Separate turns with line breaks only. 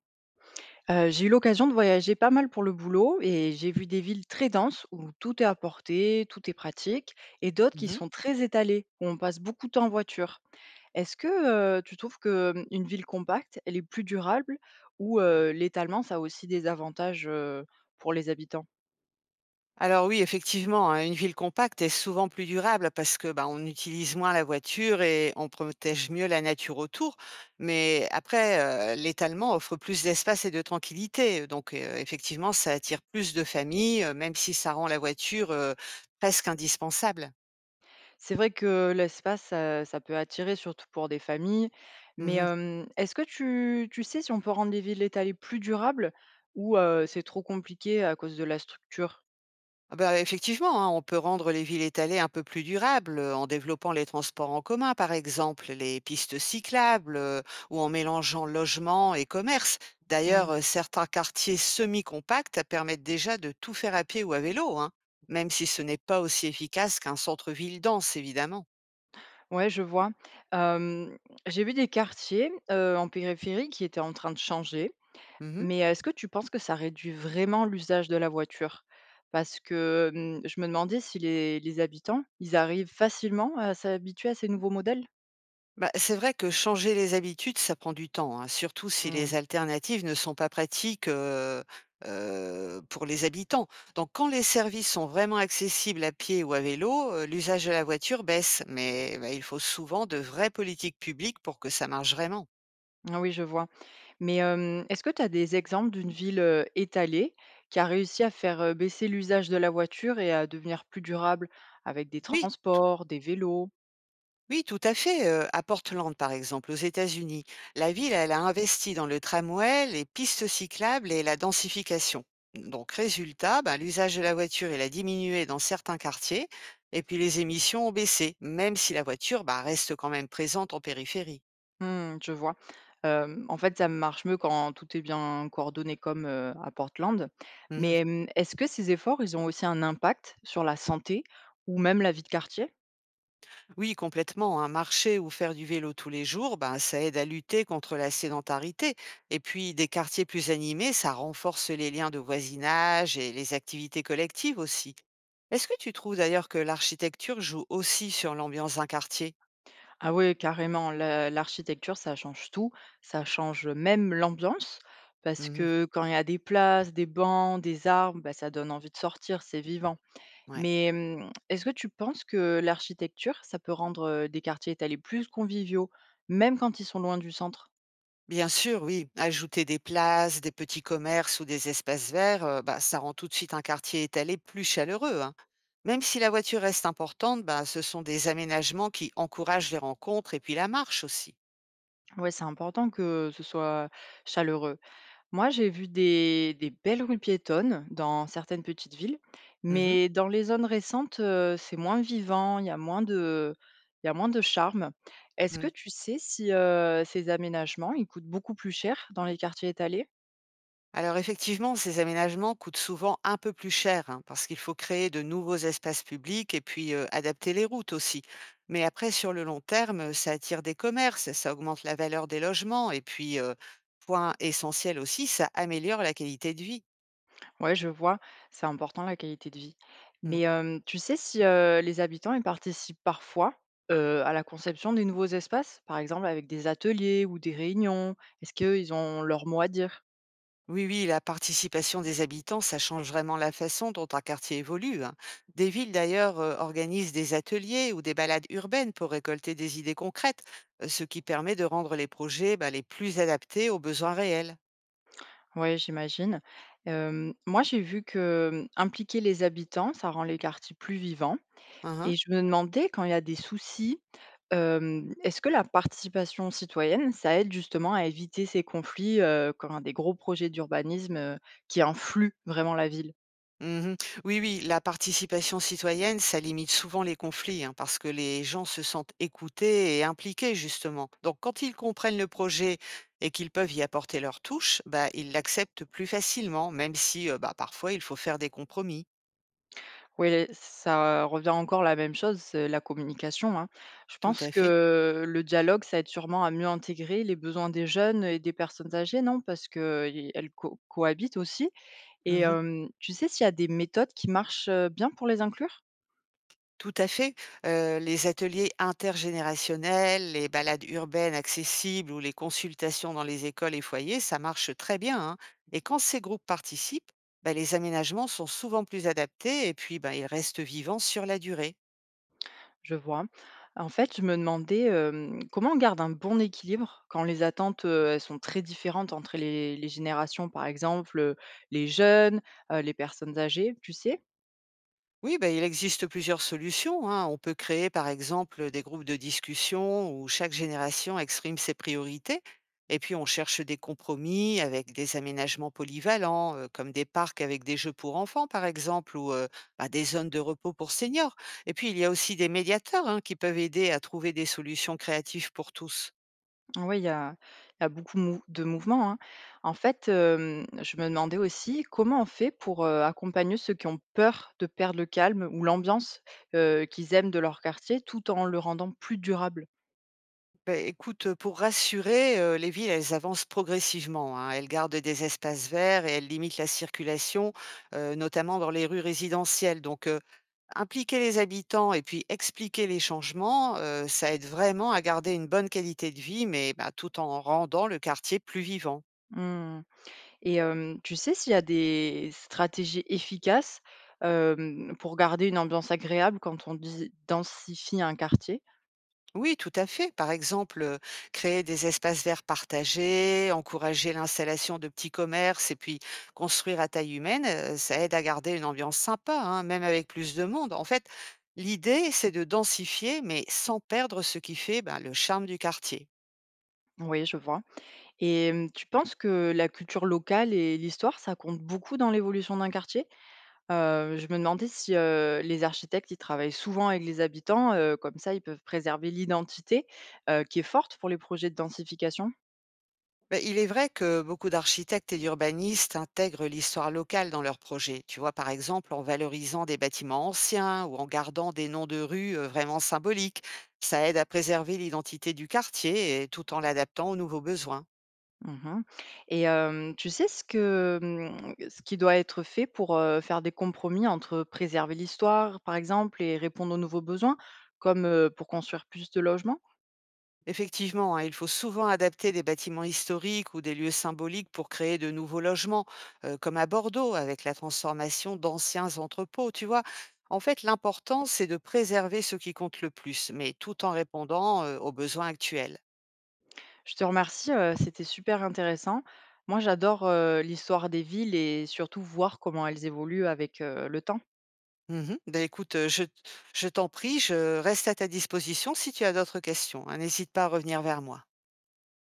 J'ai eu l'occasion de voyager pas mal pour le boulot et j'ai vu des villes très denses où tout est à portée, tout est pratique et d'autres qui
Mmh.
sont très étalées, où on passe beaucoup de temps en voiture. Est-ce que, tu trouves que, une ville compacte, elle est plus durable ou, l'étalement, ça a aussi des avantages, pour les habitants?
Alors oui, effectivement, hein, une ville compacte est souvent plus durable parce que, bah, on utilise moins la voiture et on protège mieux la nature autour. Mais après, l'étalement offre plus d'espace et de tranquillité. Donc, effectivement, ça attire plus de familles, même si ça rend la voiture, presque indispensable.
C'est vrai que l'espace, ça peut attirer, surtout pour des familles, mais,
Mmh.
est-ce que tu sais si on peut rendre les villes étalées plus durables ou, c'est trop compliqué à cause de la structure?
Ah bah, effectivement, hein, on peut rendre les villes étalées un peu plus durables en développant les transports en commun, par exemple, les pistes cyclables ou en mélangeant logement et commerce. D'ailleurs,
Mmh.
certains quartiers semi-compacts permettent déjà de tout faire à pied ou à vélo, hein, même si ce n'est pas aussi efficace qu'un centre-ville dense, évidemment.
Ouais, je vois. Hem, j'ai vu des quartiers, en périphérie qui étaient en train de changer,
Mhm.
mais est-ce que tu penses que ça réduit vraiment l'usage de la voiture? Parce que, je me demandais si les habitants, ils arrivent facilement à s'habituer à ces nouveaux modèles?
Bah, c'est vrai que changer les habitudes, ça prend du temps, hein, surtout si
Mmh.
les alternatives ne sont pas pratiques pour les habitants. Donc, quand les services sont vraiment accessibles à pied ou à vélo, l'usage de la voiture baisse, mais bah, il faut souvent de vraies politiques publiques pour que ça marche vraiment.
Ah oui, je vois. Mais, est-ce que tu as des exemples d'une ville, étalée qui a réussi à faire, baisser l'usage de la voiture et à devenir plus durable avec des
Oui,
transports, des vélos?
oui, tout à fait. À Portland, par exemple, aux États-Unis, la ville, elle a investi dans le tramway, les pistes cyclables et la densification. Donc, résultat, ben, l'usage de la voiture, il a diminué dans certains quartiers, et puis les émissions ont baissé, même si la voiture, ben, reste quand même présente en périphérie.
Mmh, je vois. En fait, ça marche mieux quand tout est bien coordonné comme, à Portland. Mais,
Mhm.
est-ce que ces efforts, ils ont aussi un impact sur la santé ou même la vie de quartier?
Oui, complètement. Un marché ou faire du vélo tous les jours, ben, ça aide à lutter contre la sédentarité. Et puis, des quartiers plus animés, ça renforce les liens de voisinage et les activités collectives aussi. Est-ce que tu trouves d'ailleurs que l'architecture joue aussi sur l'ambiance d'un quartier?
Ah oui, carrément, la l'architecture, ça change tout. Ça change même l'ambiance parce
Mhm,
que quand il y a des places, des bancs, des arbres, bah, ça donne envie de sortir, c'est vivant.
ouais.
Mais, est-ce que tu penses que l'architecture, ça peut rendre, des quartiers étalés plus conviviaux, même quand ils sont loin du centre?
Bien sûr, oui. Ajouter des places, des petits commerces ou des espaces verts, bah, ça rend tout de suite un quartier étalé plus chaleureux, hein. Même si la voiture reste importante, bah, ce sont des aménagements qui encouragent les rencontres et puis la marche aussi.
Ouais, c'est important que ce soit chaleureux. Moi, j'ai vu des belles rues piétonnes dans certaines petites villes, mais dans les zones récentes, c'est moins vivant, il y a moins de charme. Est-ce que
Mhm.
tu sais si ces aménagements, ils coûtent beaucoup plus cher dans les quartiers étalés?
Alors effectivement, ces aménagements coûtent souvent un peu plus cher, hein, parce qu'il faut créer de nouveaux espaces publics et puis adapter les routes aussi. Mais après, sur le long terme, ça attire des commerces, ça augmente la valeur des logements et puis, point essentiel aussi, ça améliore la qualité de vie.
Ouais, je vois, c'est important la qualité de vie. Mais, tu sais si, les habitants, ils participent parfois, à la conception des nouveaux espaces? Par exemple avec des ateliers ou des réunions? Est-ce qu'ils ont leur mot à dire?
Oui, oui, la participation des habitants, ça change vraiment la façon dont un quartier évolue, hein. Des villes, d'ailleurs, organisent des ateliers ou des balades urbaines pour récolter des idées concrètes, ce qui permet de rendre les projets, bah, les plus adaptés aux besoins réels.
Oui, j'imagine. Moi j'ai vu que, impliquer les habitants, ça rend les quartiers plus vivants
Uhum.
et je me demandais quand il y a des soucis, est-ce que la participation citoyenne, ça aide justement à éviter ces conflits, quand il y a des gros projets d'urbanisme, qui influent vraiment la ville?
Mmh. Oui, oui, la participation citoyenne, ça limite souvent les conflits, hein, parce que les gens se sentent écoutés et impliqués, justement. Donc, quand ils comprennent le projet et qu'ils peuvent y apporter leur touche, bah, ils l'acceptent plus facilement, même si, bah, parfois, il faut faire des compromis.
Oui, ça revient encore la même chose, c'est la communication, hein. Je
Tout
pense
à fait.
que le dialogue, ça aide sûrement à mieux intégrer les besoins des jeunes et des personnes âgées, non? Parce qu'elles co cohabitent aussi et
Mmh.
tu sais s'il y a des méthodes qui marchent, bien pour les inclure?
Tout à fait. Les ateliers intergénérationnels, les balades urbaines accessibles ou les consultations dans les écoles et foyers, ça marche très bien, hein. Et quand ces groupes participent, bah, les aménagements sont souvent plus adaptés et puis, bah, ils restent vivants sur la durée.
Je vois, hein. En fait, je me demandais, comment on garde un bon équilibre quand les attentes, elles sont très différentes entre les générations, par exemple, les jeunes, les personnes âgées, tu sais?
Oui, ben il existe plusieurs solutions, hein. On peut créer, par exemple, des groupes de discussion où chaque génération exprime ses priorités. Et puis, on cherche des compromis avec des aménagements polyvalents, comme des parcs avec des jeux pour enfants, par exemple, ou bah, des zones de repos pour seniors. Et puis, il y a aussi des médiateurs, hein, qui peuvent aider à trouver des solutions créatives pour tous.
Oui, il y a, il y a beaucoup de mouvements, hein. En fait, je me demandais aussi comment on fait pour accompagner ceux qui ont peur de perdre le calme ou l'ambiance qu'ils aiment de leur quartier tout en le rendant plus durable.
Beh, écoute, pour rassurer, les villes, elles avancent progressivement, hein. Elles gardent des espaces verts et elles limitent la circulation, notamment dans les rues résidentielles. Donc, impliquer les habitants et puis expliquer les changements, ça aide vraiment à garder une bonne qualité de vie, mais, bah, tout en rendant le quartier plus vivant.
Hmm. Et tu sais s'il y a des stratégies efficaces pour garder une ambiance agréable quand on densifie un quartier?
Oui, tout à fait. Par exemple, créer des espaces verts partagés, encourager l'installation de petits commerces et puis construire à taille humaine, ça aide à garder une ambiance sympa, hein, même avec plus de monde. En fait, l'idée, c'est de densifier, mais sans perdre ce qui fait, ben, le charme du quartier.
Oui, je vois. Et tu penses que la culture locale et l'histoire, ça compte beaucoup dans l'évolution d'un quartier? Je me demandais si, les architectes, ils travaillent souvent avec les habitants, comme ça ils peuvent préserver l'identité, qui est forte pour les projets de densification?
Beh, il est vrai que beaucoup d'architectes et d'urbanistes intègrent l'histoire locale dans leurs projets. Tu vois, par exemple, en valorisant des bâtiments anciens ou en gardant des noms de rues vraiment symboliques. Ça aide à préserver l'identité du quartier et tout en l'adaptant aux nouveaux besoins.
Mmh. Et tu sais ce que, ce qui doit être fait pour, faire des compromis entre préserver l'histoire, par exemple, et répondre aux nouveaux besoins, comme, pour construire plus de logements?
Effectivement, hein, il faut souvent adapter des bâtiments historiques ou des lieux symboliques pour créer de nouveaux logements, comme à Bordeaux, avec la transformation d'anciens entrepôts, tu vois. En fait, l'important, c'est de préserver ce qui compte le plus, mais tout en répondant aux besoins actuels.
Je te remercie, c'était super intéressant. Moi j'adore, l'histoire des villes et surtout voir comment elles évoluent avec, le temps.
Mhm. Ben, écoute, je t'en prie, je reste à ta disposition si tu as d'autres questions, hein. N'hésite pas à revenir vers moi.